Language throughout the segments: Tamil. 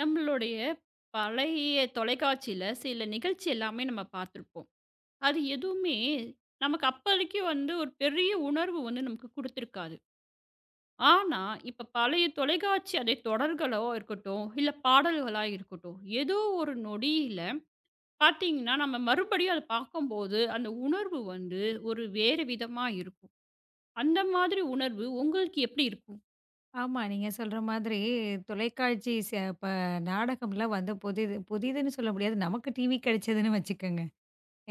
நம்மளுடைய பழைய தொலைக்காட்சியில சில நிகழ்ச்சி எல்லாமே நம்ம பார்த்துருப்போம். அது எதுவுமே நமக்கு அப்போதைக்கு வந்து ஒரு பெரிய உணர்வு வந்து நமக்கு குடுத்துருக்காது. ஆனா, இப்ப பழைய தொலைக்காட்சி அதை தொடர்களோ இருக்கட்டும், இல்ல பாடல்களா இருக்கட்டும், ஏதோ ஒரு நொடியில பார்த்தீங்கன்னா, நம்ம மறுபடியும் அத பார்க்கும்போது, அந்த உணர்வு வந்து ஒரு வேறு விதமா இருக்கும். அந்த மாதிரி உணர்வு உங்களுக்கு எப்படி இருக்கும்? ஆமா. நீங்க சொல்ற மாதிரி தொலைக்காட்சி இப்ப நாடகம்லாம் வந்து புதிது புதிதுன்னு சொல்ல முடியாது. நமக்கு டிவி கிடைச்சதுன்னு வச்சுக்கோங்க.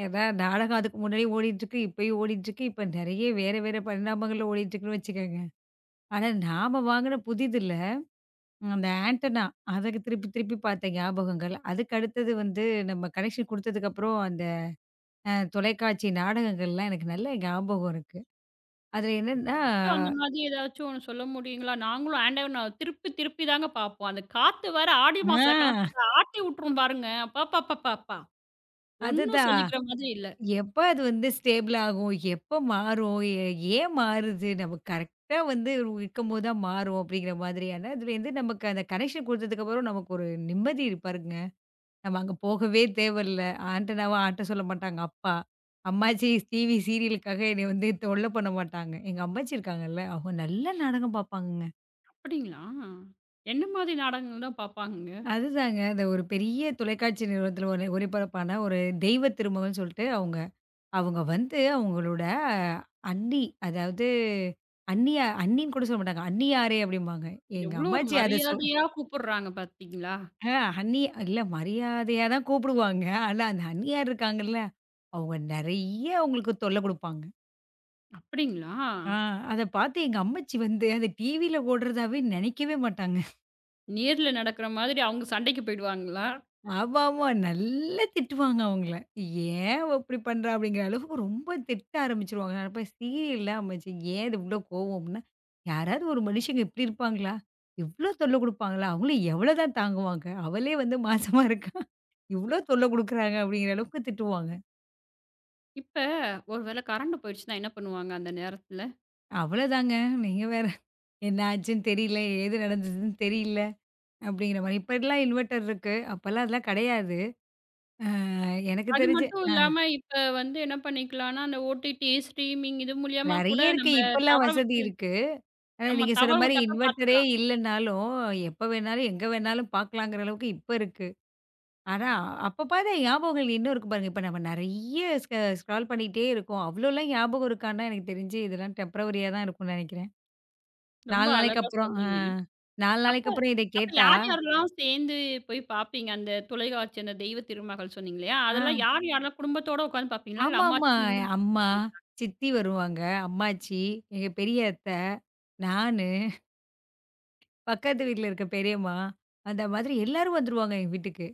ஏதா நாடகம் அதுக்கு முன்னாடி ஓடிட்டுருக்கு, இப்பயும் ஓடிட்டுருக்கு. இப்ப நெறைய வேற வேற பரிணாமங்கள்ல ஓடிட்டுருக்குன்னு வச்சுக்கோங்க. ஆனா நாம வாங்குன புதிதுல, அந்த ஆண்டனா அதுக்கு திருப்பி திருப்பி பார்த்த ஞாபகங்கள். அதுக்கு அடுத்தது வந்து நம்ம கனெக்ஷன் குடுத்ததுக்கப்புறம் அந்த தொலைக்காட்சி நாடகங்கள்லாம் எனக்கு நல்ல ஞாபகம் இருக்கு. அதுல என்னன்னா கொஞ்சம் அந்த மாதிரி ஏதாச்சும் ஒண்ணு சொல்ல முடியுங்களா? நாங்களும் ஆண்டவன திருப்பி திருப்பி தாங்க பார்ப்போம். அந்த காத்து வேற ஆடி மாச ஆ காத்துல ஆட்டி விட்டுரும் பாருங்க. அப்பப்பப்பப்பா! ஒண்ணும் அதுதான். சொல்லிக்கிற மாதிரி இல்ல. எப்ப அது வந்து ஸ்டேபிள் ஆகும்? எப்ப மாறும்? எ ஏன் மாறுது? நம்ம கரெக்ட்டா வந்து இருக்கும்போது தான் மாறும் அப்படிங்கிற மாதிரியான அதுலேருந்து நமக்கு அந்த கனெக்ஷன் குடுத்ததுக்கப்புறம் நமக்கு ஒரு நிம்மதி பாருங்க. நம்ம அங்க போகவே தேவையில்ல. ஆண்டனாவ ஆட்ட சொல்ல மாட்டாங்க அப்பா. அம்மாச்சி டிவி சீரியலுக்காக என்னைய வந்து தொல்ல பண்ண மாட்டாங்க. எங்க அம்மாச்சி இருக்காங்கல்ல, அவங்க நல்ல நாடகம் பார்ப்பாங்கங்க. அப்படிங்களா? என்ன மாதிரி நாடகங்கள் தான் பார்ப்பாங்கங்க? அதுதாங்க அந்த ஒரு பெரிய தொலைக்காட்சி நிறுவனத்தில ஒளிபரப்பான ஒரு தெய்வ திருமகள்ன்னு சொல்லிட்டு அவங்க அவங்க வந்து அவங்களோட அண்ணி, அதாவது அண்ணின்னு கூட சொல்ல மாட்டாங்க. "அண்ணியாரே" அப்படிம்பாங்க. எங்க எவ்வளோ ஒரு அம்மாச்சி அத மரியாதையா கூப்பிடுறாங்க பார்த்தீங்களா? ஆ அண்ணி இல்ல மரியாதையா தான் கூப்பிடுவாங்க. ஆனா அந்த அண்ணியார் இருக்காங்கல்ல, அவங்க நெறைய அவங்களுக்கு தொல்ல குடுப்பாங்க. அப்படிங்களா? ஆ அத பார்த்து எங்க அம்மச்சி வந்து அது டிவில ஓடுறதாவே நெனைக்கவே மாட்டாங்க. நேர்ல நடக்கிற மாதிரி அவங்க சண்டைக்கு போயிடுவாங்களா? ஆமாமா. நல்லா திட்டுவாங்க அவங்கள. "ஏன் அவ இப்படி பண்றா?" அப்படிங்கிற அளவுக்கு ரொம்ப திட்ட ஆரம்பிச்சுருவாங்க. நான் நினைப்பேன் சீரியல்ல அமைச்சு ஏன் இது இவ்ளோ கோவம் அப்படின்னா, யாராவது ஒரு மனுஷங்க இப்படி இருப்பாங்களா? இவ்ளோ தொல்லை குடுப்பாங்களா? அவங்களும் எவ்வளோ தான் தாங்குவாங்க? அவளே வந்து மாசமா இருக்கா? இவ்ளோ தொல்லை குடுக்குறாங்க அப்படிங்கிற அளவுக்கு திட்டுவாங்க. இப்ப ஒரு வேள கரண்ட் போயிடுச்சுன்னா என்ன பண்ணுவாங்க அந்த நேரத்துல? அவ்வளோதாங்க. நீங்க வேற. என்ன ஆச்சுன்னு தெரியல, ஏது நடந்ததுன்னு தெரியல அப்படிங்கிற மாரி. இப்பலாம் இன்வெர்டர் இருக்கு. அப்பலாம் அதெல்லாம் கிடையாது. அ எனக்கு அது தெரிஞ்சு மட்டும் அ இல்லாம இப்ப வந்து என்ன பண்ணிக்கலாம்னா, அந்த ஓடிடி, ஸ்ட்ரீமிங் இது மூலியமா கூட நெறைய இருக்கு. நம்ம இப்பலாம் தவற வசதி இருக்கு. ஆனா, நம்ம நீங்க சொன்ன தவற மாரி விட்டப்ப இன்வெர்ட்டரே பார்த்துக்கலாம். இல்லன்னாலும், எப்ப வேணாலும், எங்க வேணாலும் பார்க்கலாங்கிற அளவுக்கு இப்ப இருக்கு. ஆனா, அப்ப பார்த்த ஞாபகங்கள் இன்னும் இருக்கு பாருங்க. இப்ப நம்ம நெறைய ஸ்க்ரால் பண்ணிட்டே இருக்கோம். அவ்ளோலாம் ஞாபகம் இருக்கான்னா, எனக்கு தெரிஞ்சு இதெல்லாம் டெம்பரவரியா தான் இருக்கும்னு நெனைக்கிறேன். ரொம்ப 4 நாளைக்கு அழகா அப்புறம் ஆ சொன்னீங்க. 4 அப்ப நாளைக்கு அப்புறம் இத அப்ப கேட்டா, யார் யாரெல்லாம் சேர்ந்து போய் பார்ப்பீங்க? அந்த தொலைக்காட்சி அந்த தெய்வ திருமகள் சொன்னீங்க இல்லையா? ஆ அதெல்லாம் யார் யாரெல்லாம் குடும்பத்தோட உட்கார்ந்து பார்ப்பீங்களா? இல்ல ஆமாமா. அம்மாச்சி நீங்களும் அம்மா, சித்தி வருவாங்க, அம்மாச்சி, எங்க பெரிய அத்தை, நானு, பக்கத்து வீட்ல இருக்க பெரியம்மா, அந்த மாதிரி எல்லாரும் வந்துருவாங்க எங்க வீட்டுக்கு.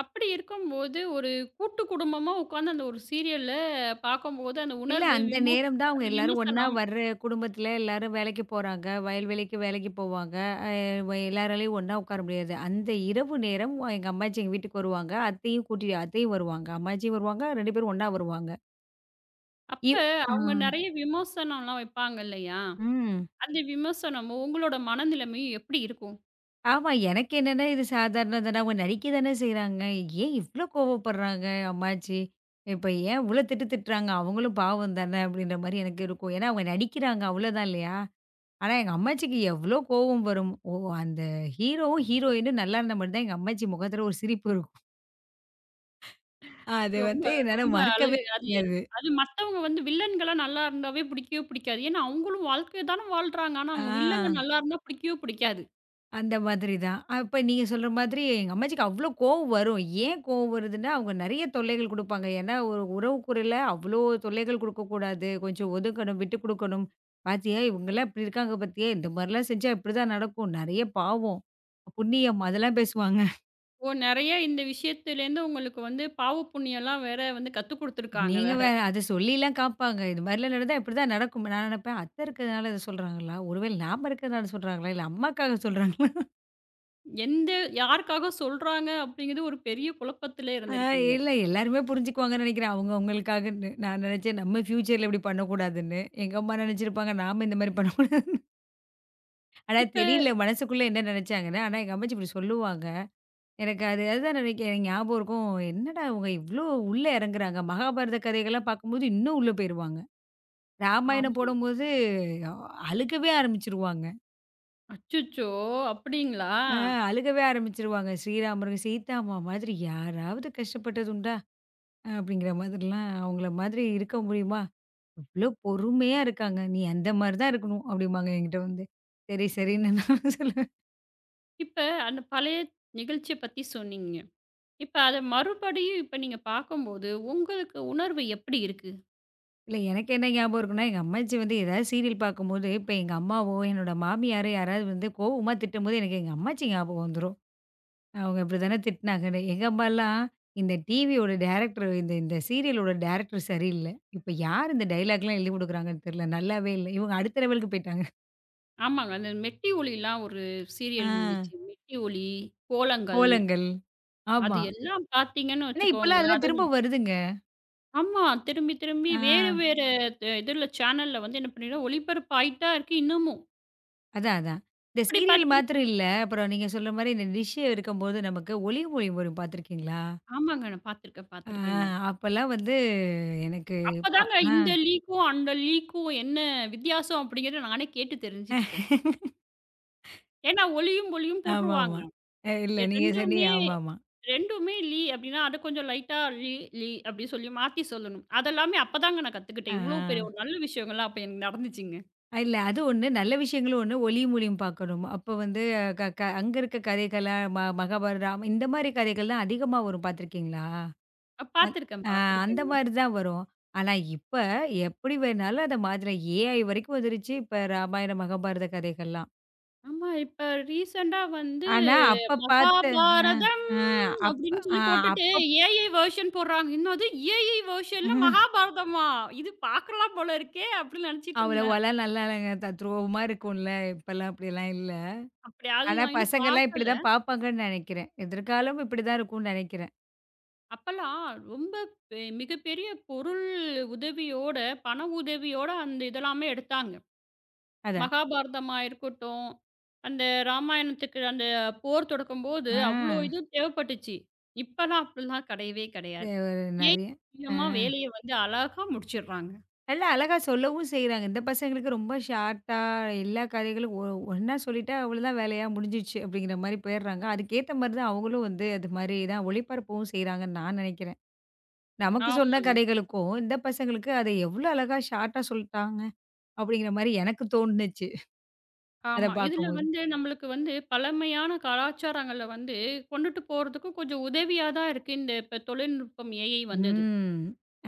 அப்படி இருக்கும்போது ஒரு கூட்டு குடும்பமா உட்கார்ந்து அந்த ஒரு சீரியல பார்க்கும்போது அந்த இல்ல உணர்வு அந்த விமோ நேரம் தான் அவங்க அந்த எல்லாரும் ஒண்ணா விமர்சனம் வர்ற குடும்பத்துல எல்லாரும் வேலைக்கு போறாங்க. வயல்வெளிக்கு வேலைக்கு போவாங்க. அ வ எல்லாராலயும் ஒண்ணா உட்கார முடியாது. அந்த இரவு நேரம் எங்க அம்மாச்சி எங்க வீட்டுக்கு வருவாங்க. அத்தையும் கூட்டி அத்தையும் வருவாங்க. அம்மாச்சியும் வருவாங்க. 2 பேரும் ஒண்ணா வருவாங்க. அப்ப இவ் ஆ. அவங்க நெறைய விமர்சனம்லாம் வைப்பாங்க இல்லையா? ம். அந்த விமர்சனமும் உங்களோட மனநிலைமையும் எப்படி இருக்கும்? ஆமா. எனக்கு என்னன்னா இது சாதாரணம் தானே. அவங்க நடிக்க தானே செய்றாங்க. ஏன் இவ்ளோ கோவப்படுறாங்க அம்மாச்சி? இப்ப ஏன் இவ்ளோ திட்டு திட்டுறாங்க? அவங்களும் பாவம் தானே அப்படின்ற மாரி எனக்கு இருக்கும். ஏன்னா அவங்க நடிக்கிறாங்க அவ்வளோதான் இல்லையா? ஆனா, எங்க அம்மாச்சிக்கு எவ்ளோ கோவம் வரும். ஓ! அந்த ஹீரோவும், ஹீரோயினும் நல்லா இருந்தா மட்டும் தான் எங்க அம்மாச்சி முகத்துல ஒரு சிரிப்பு இருக்கும். அது ரொம்ப, வந்து என்னால ரொம்ப மறக்கவே அழகு. அது எல் முடியாது. அது மத்தவங்க வந்து வில்லன்களா நல்லா இருந்தாவே பிடிக்கவே பிடிக்காது. ஏன்னா, அவங்களும் வாழ்க்கைய தான வாழ்றாங்க. ஆனா, ஆ அவங்க வில்லங்க நல்லா இருந்தா பிடிக்கவே பிடிக்காது. அந்த மாதிரி தான். அப்ப நீங்க சொல்ற மாதிரி எங்க அம்மாச்சிக்கு அவ்ளோ கோவம் வரும். ஏன் கோவம் வருதுன்னா, அவங்க நெறைய தொல்லைகள் குடுப்பாங்க. ஏன்னா, ஒரு உறவுக்குறையில அவ்ளோ தொல்லைகள் குடுக்கக்கூடாது. கொஞ்சம் ஒதுக்கணும், விட்டு குடுக்கணும். பாத்தியா இவங்கலாம் இப்படி இருக்காங்க பாத்தியா? இந்த மாரிலாம் செஞ்சா இப்படிதான் நடக்கும். நெறைய பாவம். புண்ணியம் அதெல்லாம் பேசுவாங்க. ஓ! நெறைய இந்த விஷயத்துலேருந்து உங்களுக்கு வந்து பாவ புண்ணியம்லாம் வேற வந்து கத்துக் குடுத்துருக்காங்க நீங்க வேற. வேற. அத சொல்லிலாம் காப்பாங்க. இது மாரிலாம் நடந்தா இப்படிதான் நடக்கும். நான் நெனப்பேன், அத்த இருக்கிறதுனால இத சொல்றாங்களா? ஒருவேளை நாம இருக்கிறதுனால சொல்றாங்களா? இல்ல அம்மாக்காக சொல்றாங்களா? எந்த யாருக்காக சொல்றாங்க அப்படிங்கிறது ஒரு பெரிய குழப்பத்திலே ஆ இருந்திருக்கீங்க. இல்ல எல்லாருமே புரிஞ்சுக்குவாங்கன்னு நெனைக்கிறேன். அவங்க அவங்களுக்காகன்னு. நான் நெனச்சேன் நம்ம ஃபியூச்சர்ல இப்படி பண்ணக்கூடாதுன்னு. எங்க அம்மா நெனச்சிருப்பாங்க, நாம இந்த மாரி பண்ணக்கூடாது. ஆனா இப்ப தெரியல மனசுக்குள்ள என்ன நெனச்சாங்கன்னு. ஆனா எங்க அம்மாச்சி இப்படி சொல்லுவாங்க. எனக்கு அது அதுதான் நெனைக்கிறேன் ஞாபகம் இருக்கும். என்னடா இவங்க இவ்ளோ உள்ள எறங்குறாங்க. மகாபாரத கதைகள்லாம் பார்க்கும்போது, இன்னும் உள்ள போயிருவாங்க. ராமாயணம் ஆமா. போடும்போது அ அழுகவே ஆரம்பிச்சுருவாங்க. அச்சச்சோ! அப்படிங்களா? ஆ அழுகவே ஆரம்பிச்சுருவாங்க. ஸ்ரீராமரும், சீதாம்மா மாதிரி யாராவது கஷ்டப்பட்டது உண்டா? அப்படிங்கிற மாதிரிலாம் அவங்கள மாதிரி இருக்க முடியுமா? இவ்ளோ பொறுமையா இருக்காங்க. நீ அந்த மாரி தான் இருக்கணும் அப்படிம்பாங்க என்கிட்ட வந்து. சரி, சரின்னு நான் சொல்லுவேன். இப்ப அந்த பழைய நிகழ்ச்சிய பத்தி சொன்னீங்க. இப்ப அத மறுபடியும் இப்ப நீங்க பார்க்கும்போது, உங்களுக்கு உணர்வு எப்படி இருக்கு? இல்ல எனக்கு என்ன ஞாபகம் இருக்குன்னா, எங்க அம்மாச்சி வந்து ஏதாவது சீரியல் பார்க்கும்போது, இப்ப எங்க அம்மாவோ, என்னோட மாமியாரோ யாராவது வந்து கோவமா திட்டும்போது எனக்கு எங்க அம்மாச்சி ஞாபகம் வந்துரும். அவங்க இப்படித்தானே திட்டினாங்க. எங்க அம்மாலாம், "இந்த டிவியோட டைரக்டர் இந்த இந்த சீரியலோட டைரக்டர் சரியில்ல. இப்ப யார் இந்த டயலாக்லாம் எழுதிக் குடுக்குறாங்கன்னு தெரியல. நல்லாவே இல்ல." இவங்க அடுத்த லெவலுக்கு போயிட்டாங்க. ஆமாங்க. அந்த மெட்டி ஒலிலாம் ஒரு ஆ. சீரியல் இருந்துச்சு. மெட்டி ஒலி, கோலங்கள் கோலங்கள். அது ஆமா. எல்லாம் பார்த்தீங்கன்னு ஆனா இப்பலாம் வச்சுக்கோங்களேன், அதெல்லாம் அது திரும்ப வருதுங்க. ஆமா. திரும்பி திரும்பி ஆ. வேறு வேறு த இதுல சேனல்ல வந்து என்ன பண்ணிடும் ஒளிபரப்பு ஆயிட்டா இருக்கு இன்னமும். அதான், அதான். இந்த அப்படி சீரியல் பார்த்தீங்க மாத்திரம் இல்ல. அப்புறம் நீங்க சொல்ற மாரி இந்த டிஷ் இருக்கும்போது நமக்கு ஒலி மொழி வரும் பார்த்துருக்கீங்களா? ஆமாங்க. நான் பார்த்துருக்கேன், ஆ பார்த்துருக்கேங்க. அப்பலாம் வந்து எனக்கு ப அப்பதாங்க ஆ இந்த லீக்கும், அந்த லீக்கும் என்ன வித்தியாசம் அப்படிங்கிறத நானே கேட்டு தெரிஞ்சுக்கிட்டேன். ஏன்னா ஒலியும், ஒலியும் போட்டுருவாங்க. ஆமாமா. இல்ல எ நீங்க 2மே சொன்னீங்க. ஆமாமா. 2மே லீ அப்டின்னா, அத கொஞ்சம் லைட்டா லீ லீ அப்டி சொல்லி மாத்தி சொல்லணும். அதெல்லாமே அப்பதாங்க நான் ஆ. கத்துக்கிட்டேன். இவ்ளோ பெரிய ஒரு நல்ல விஷயங்கள்லாம் அப்ப எனக்கு நடந்துச்சுங்க. இல்ல. அது ஒண்ணு. நல்ல விஷயங்களும் ஒண்ணு. ஒளியும், ஒலியும் பார்க்கணும். அப்ப வந்து க க அங்க இருக்க கதைகளா மகாபாரதம் இந்த மாரி கதைகள் தான் அதிகமா வரும் பார்த்துருக்கீங்களா? அந் பார்த்துருக்கேன், அ அந்த பார்த்துருக்கேங்க. மாரி தான் வரும். ஆனா இப்ப எப்படி வேணாலும் அத மாத்தலாம். ஏஐ வரைக்கும் வந்துருச்சு. இப்ப ராமாயண, மகாபாரத கதைகள்லாம். ஆமா, இப்ப ரீசென்ட்டா வந்து ஆனா அப்ப பார்த்து அ மகாபாரதம் அ அப்ப அப்டின்னு அ சொல்லி போட்டுட்டு அப்ப ஏஐ வெர்ஷன் போடுறாங்க. என்னது ஏஐ வெர்ஷன்ல மகாபாரதமா? இது பார்க்கலாம் போல இருக்கே அப்டின்னு நெனச்சிட்டு இருந்தேன். அவ்வளவாலாம் நல்லா இல்லங்க. தத்ரூவமா இருக்கும்ல. இப்பலாம் அப்படிலாம் இல்ல. அப்டியாவது ஆனா நான் இன்னும் பசங்கலாம் பார்க்கல. இப்படிதான் பார்ப்பாங்கன்னு நெனைக்கிறேன். எதிர்காலம் இப்படிதான் இருக்கும்னு நெனைக்கிறேன். அப்பலாம் ரொம்ப பெ மிகப்பெரிய பொருள் உதவியோட, பண உதவியோட அந்த இதெல்லாமே எடுத்தாங்க. அதான். மகாபாரதமா இருக்கட்டும், அந்த ராமாயணத்துக்கு அந்த போர் தொடக்கும்போது ஆ. அவ்ளோ இது தேவைப்பட்டுச்சு. இப்பலாம் அப்டிலாம் கெடையவே வே கெடையாது. ஏஐ நெறைய. மூலியமா ஆ. வேலைய வந்து அழகா முடிச்சிடுறாங்க. நல்லா அழகா சொல்லவும் செய்றாங்க. இந்த பசங்களுக்கு ரொம்ப ஷார்ட்டா எல்லா கதைகளும் ஒண்ணா சொல்லிட்டா அவ்வளோதான் வேலையா முடிஞ்சிடுச்சு அப்படிங்கிற மாரி போயிடுறாங்க. அதுக்கேத்த மாரி தான் அவங்களும் வந்து அது மாரி தான் ஒளிபரப்பவும் செய்றாங்கன்னு நான் நெனைக்கிறேன். நமக்கு சொன்ன ஆமாங்க. கதைகளுக்கும், இந்த பசங்களுக்கு அத எவ்வளோ அழகா ஷார்ட்டா சொல்ட்டாங்க அப்படிங்கிற மாரி எனக்கு தோணுச்சு. அத ஆமா. இதுல பார்க்கும்போது. வந்து நம்மளுக்கு வந்து பழமையான கலாச்சாரங்கள வந்து கொண்டுட்டு போறதுக்கும் கொஞ்சம் உதவியா தான் இருக்கு இந்த இப்ப தொழில்நுட்பம் ஏஐ வந்தது. ம்.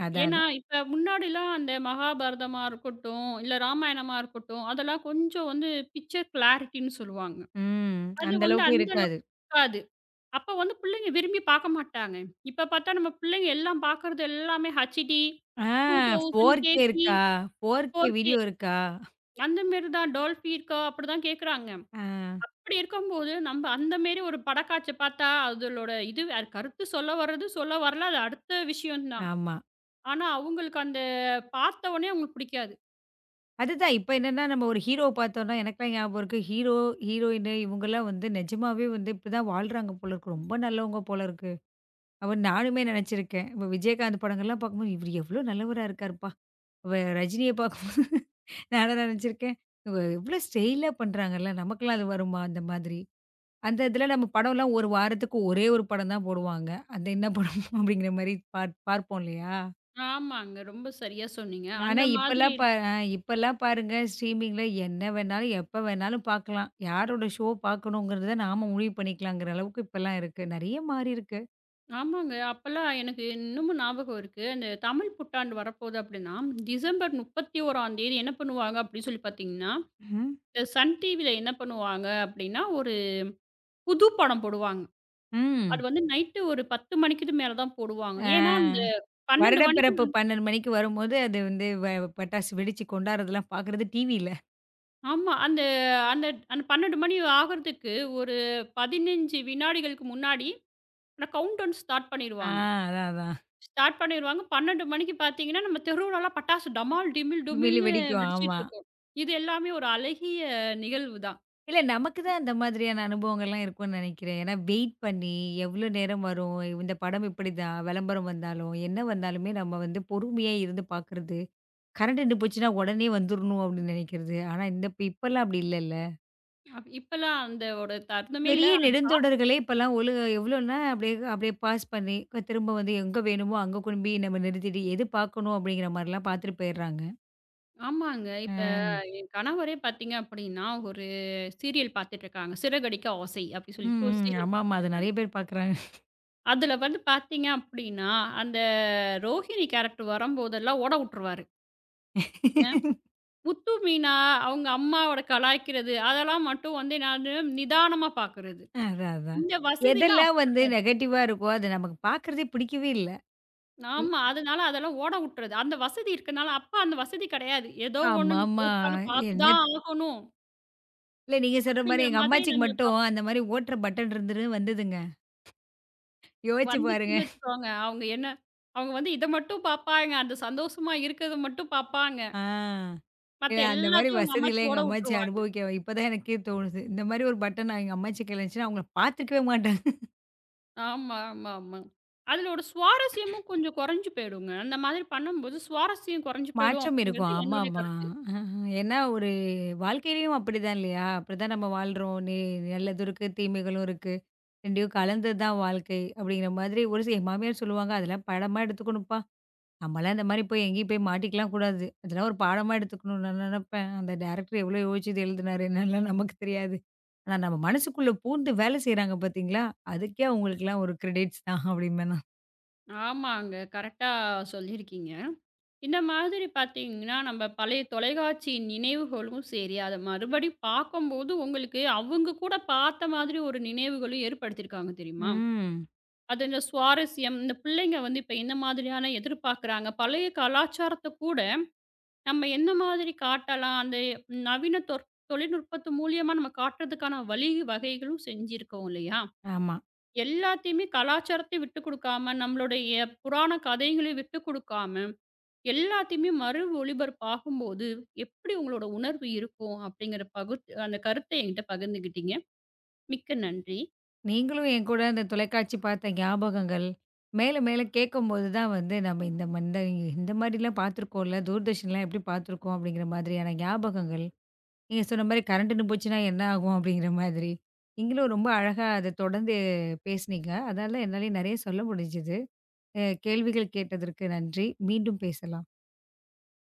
அதான், ஏன்னா, அதான். இப்ப முன்னாடிலாம் அந்த மகாபாரதமா இருக்கட்டும், இல்ல ராமாயணமா இருக்கட்டும், அதெல்லாம் கொஞ்சம் வந்து பிக்சர் கிளாரிட்டின்னு சொல்லுவாங்க. ம். அது அந்த வந்து அளவுக்கு அந்த இருக்காது. அளவுக்கு அப்ப வந்து பிள்ளைங்க விரும்பி பார்க்க மாட்டாங்க. இப்ப பார்த்தா நம்ம பிள்ளைங்க எல்லாம் பார்க்குறது எல்லாமே ஹச்டி, ஆ 2000 4K கேபி, இருக்கா? 4K 4கே வீடியோ இருக்கா? அந்த மாரி தான் டால்பி இருக்கா அப்படிதான் கேட்குறாங்க. ஆ. அப்படி இருக்கும்போது நம்ம அந்த மாரி ஒரு படக்காட்சி பார்த்தா அதலோட இது அது கருத்து சொல்ல வர்றது சொல்ல வரல அது அடுத்த விஷயம் தான். ஆமா. ஆனா அவங்களுக்கு அந்த பார்த்த உடனே அவங்களுக்கு பிடிக்காது. அதுதான். இப்ப என்னன்னா நம்ம ஒரு ஹீரோவ பார்த்தோம்னா, எனக்கெல்லாம் ஞாபகம் இருக்கு. ஹீரோ, ஹீரோயின் இவங்கலாம் வந்து நிஜமாவே வந்து இப்படிதான் வாழ்றாங்க போல இருக்கு. ரொம்ப நல்லவங்க போல இருக்கு. அப்ப நானுமே நினைச்சிருக்கேன். இப்ப விஜயகாந்த் படங்கள்லாம் பார்க்கும்போது, இவரு எவ்ளோ நல்லவரா இருக்காருப்பா! அவ ரஜினிய பார்க்கும்போது நானும் நினைச்சிருக்கேன். இவ எவ்ளோ ஸ்டைலா பண்றாங்கல்ல. நமக்கெல்லாம் அது வருமா? அந்த மாதிரி. அந்த இதில நம்ம படம்லாம் ஒரு வாரத்துக்கு ஒரே ஒரு படம் தான் போடுவாங்க. அந்த என்ன படம் அப்படிங்கிற மாரி பார்ப்போம் இல்லையா? ஆமாங்க. ரொம்ப சரியா சொன்னீங்க. ஆனா, அந்த மாதிரி இப்பல்லாம் பா அ இப்பல்லாம் பாருங்க ஸ்ட்ரீமிங்ல என்ன வேணாலும், எப்ப வேணாலும் பார்க்கலாம். யாரோட ஷோ பார்க்கணுங்கிறத நாம முடிவு பண்ணிக்கலாங்கிற அளவுக்கு இப்பல்லாம் இருக்கு. நெறைய மாறியிருக்கு. ஆமாங்க. அப்பல்லாம் எனக்கு இன்னமும் ஞாபகம் இருக்கு. அந்த தமிழ் புத்தாண்டு வரப்போது அப்படின்னா, டிசம்பர் 31 என்ன பண்ணுவாங்க அப்படின்னு சொல்லி பார்த்தீங்கன்னா, ம்ஹ்ம். இந்த சன் டிவில என்ன பண்ணுவாங்க அப்படின்னா, ஒரு புது படம் போடுவாங்க. ம். ம். அது வந்து நைட்டு ஒரு 10 மணிக்கு மேல தான் போடுவாங்க. ஏன்னா, அந்த ஆ 12 மணிக்கு வருடப்பிறப்பு 12 மணிக்கு வரும்போது, அது வந்து பட்டாசு வெடிச்சு கொண்டாடுறதெல்லாம் பார்க்குறது டிவில. ஆமா. அந்த அந்த அந்த 12 மணி ஆகுறதுக்கு ஒரு 15 வினாடிகளுக்கு முன்னாடி அந்த கவுண்ட் டவுன் ஸ்டார்ட் ஆ பண்ணிருவாங்க. அதான், அதான். ஸ்டார்ட் பண்ணிருவாங்க. 12 மணிக்கு பார்த்தீங்கன்னா, நம்ம தெருவுலலாம் பட்டாசு டமால், டிமில், குமிழி டுமில்னு வெடிக்கும். ஆமா. வெடிச்சிட்டு இருக்கும். இது எல்லாமே ஒரு அழகிய நிகழ்வு தான். இல்ல நமக்கு தான் அந்த மாதிரியான அனுபவங்கள்லாம் இருக்கும்னு நெனைக்கிறேன். ஏன்னா வெயிட் பண்ணி, எவ்ளோ நேரம் வரும்? இந்த படம் இப்படிதான். விளம்பரம் வந்தாலும், என்ன வந்தாலுமே நம்ம வந்து பொறுமையா இருந்து பார்க்குறது. கரண்ட் நின்னு போச்சுன்னா உடனே வந்துரணும் அப்படின்னு நினைக்கிறது. ஆனா இந்த இப்ப இப்பலாம் அப்படி இல்லல்ல. அப் இப்பலாம் அந்த ஒரு தருணமே இல்ல. பெரிய அது காப் நெடுந்தொடர்களே இப்பலாம் எவ்வளோன்னா அப்படியே அப்படியே பாஸ் பண்ணி திரும்ப வந்து எங்க வேணுமோ அங்க கொண்டு போய் நம்ம நிறுத்திட்டு எது பார்க்கணும் அப்படிங்கிற மாரிலாம் பார்த்துட்டு போயிடுறாங்க. ஆமாங்க. இப்ப அ. என் கணவரே பார்த்தீங்க அப்படின்னா, ஒரு சீரியல் பார்த்துட்டு இருக்காங்க. "சிறகடிக்க ஆசை" அப்படி ம், சொல்லிட்டு ஒரு ம். சீரியல் ஆமாமா. பார்த்துட்டு அது இருக்காங்க. நெறைய பேர் பார்க்குறாங்க. அதுல வந்து பார்த்தீங்க அப்படின்னா, அந்த ரோஹிணி கேரக்டர் வரும்போதெல்லாம் ஓட உட்டுருவாரு. என்ன முத்து, மீனா அவங்க அம்மாவோட கலாய்க்கிறது, அதெல்லாம் மட்டும் வந்து நானு நிதானமா பார்க்குறது. அதான், அதான். இந்த வசதிலாம் எதெல்லாம் அப்ப வந்து கெடையாது. நெகட்டிவா இருக்கோ அது நமக்கு பார்க்குறதே பிடிக்கவே இல்ல. ஆமா. அதனால அதெல்லாம் ஓட வுட்டுறது. அந்த வசதி இருக்கனால, அப்ப அந்த வசதி கெடையாது. ஏதோ ஒண்ணு நீ ஆமாமா. போட்டாலும் பார்த்து என்ன தான் ஆகணும். இல்ல நீங்க சொல்ற மாரி அப்படிங்கிற எங்க மாதிரி அம்மாச்சிக்கு நம்ம மட்டும் பார்ப்போம். அந்த மாரி ஓட்டுற பட்டன் இருந்துரு வந்ததுங்க. யோசிச்சு பாருங்க. வந்துச்சுன்னு வச்சுக்கோங்க, அவங்க என்ன அவங்க வந்து இத மட்டும் பார்ப்பாங்க. அந்த சந்தோஷமா இருக்கிறத மட்டும் பார்ப்பாங்க. ஆ. மத்த இல்ல அந்த மாரி எல்லாத்தையும் உங்க அம்மாச்சி வசதிலாம் ஓட எங்க அம்மாச்சி வுட்டுருவாங்க. அனுபவிக்க இப்பதான் எனக்கே தோணுது. இந்த மாரி ஒரு பட்டன் எங்க அம்மாச்சி கையில இருந்துச்சுன்னா, அவங்கள பார்த்துருக்கவே மாட்டாங்க. ஆமா, ஆமா, ஆமா. அதுல ஒரு சுவாரஸ்யமும் கொஞ்சம் குறைஞ்சு போயிடுங்க. அந்த மாதிரி பண்ணும்போது சுவாரஸ்யம் குறைஞ்சு போயிடும் மாற்றம் இருக்கும். அப்படிங்கிறது என்னுடைய ஆமாமா. கருத்து. அஹ ஏன்னா ஒரு வாழ்க்கையிலயும் அப்படிதான் இல்லையா? அப்படிதான் நம்ம வாழ்றோம். நல்லதும் இருக்கு, தீமைகளும் இருக்கு. 2யும் கலந்தது தான் வாழ்க்கை அப்படிங்கிற மாதிரி ஒரு சில என் மாமியார் சொல்லுவாங்க, "அதெல்லாம் படமா எடுத்துக்கணும்ப்பா." நம்மலாம் இந்த மாரி போய் எங்கேயும் போய் மாட்டிக்கலாம் கூடாது. அதெல்லாம் ஒரு பாடமா எடுத்துக்கணும்னு நான் நெனப்பேன். அந்த டைரக்டர் எவ்வளோ யோசிச்சு இத எழுதுனாரு என்னன்னுலாம் நமக்கு தெரியாது. ஆனா நம்ம மனசுக்குள்ள பூந்து வேலை செய்றாங்க பார்த்தீங்களா, அதுக்கே அவங்களுக்கெல்லாம் ஒரு கிரெடிட்ஸ் தான் அப்படிம்பேன் நான். ஆமாங்க. கரெக்ட்டா சொல்லியிருக்கீங்க. இந்த மாதிரி பார்த்தீங்கன்னா, நம்ம பழைய தொலைக்காட்சி நினைவுகளும் சரி, அத மறுபடி பார்க்கும்போது உங்களுக்கு அவங்க கூட பார்த்த மாதிரி ஒரு நினைவுகளும் ஏற்படுத்தியிருக்காங்க தெரியுமா? ம். அது இந்த சுவாரஸ்யம், இந்த பிள்ளைங்க வந்து இப்ப என்ன மாதிரியான எதிர்பார்க்குறாங்க? பழைய கலாச்சாரத்த கூட நம்ம என்ன மாதிரி காட்டலாம்? அந்த நவீன தொற் தொழில்நுட்பத்து மூலியமா நம்ம காட்டுறதுக்கான வழி வகைகளும் செஞ்சிருக்கோம் இல்லையா? ஆமா. எல்லாத்தையுமே கலாச்சாரத்தையும் விட்டுக் குடுக்காம, நம்மளுடைய புராண கதைகளையும் விட்டுக் குடுக்காம எல்லாத்தையுமே மறு ஒளிபரப்பாகும்போது, எப்படி உங்களோட உணர்வு இருக்கும்? அப்படிங்கிற பகுத் அந்த கருத்த என்கிட்ட பகிர்ந்துக்கிட்டீங்க. மிக்க நன்றி. நீங்களும் என் கூட அந்த தொலைக்காட்சி பார்த்த ஞாபகங்கள், மேல மேல கேட்கும்போது தான் வந்து நம்ம இந்த இந்த இந்த மாரிலாம் பார்த்துருக்கோம்ல, தூர்தர்ஷன்லாம் எப்படி பார்த்துருக்கோம் அப்படிங்கிற மாதிரியான ஞாபகங்கள். நீங்க சொன்ன மாரி கரண்ட்டுன்னு போச்சுன்னா என்ன ஆகும்? அப்படிங்கிற மாதிரி. நீங்களும் ரொம்ப அழகா அத தொடர்ந்து பேசுனீங்க. அதால என்னாலயும் நெறைய சொல்ல முடிஞ்சது. கேள்விகள் கேட்டதற்கு நன்றி. மீண்டும் பேசலாம்.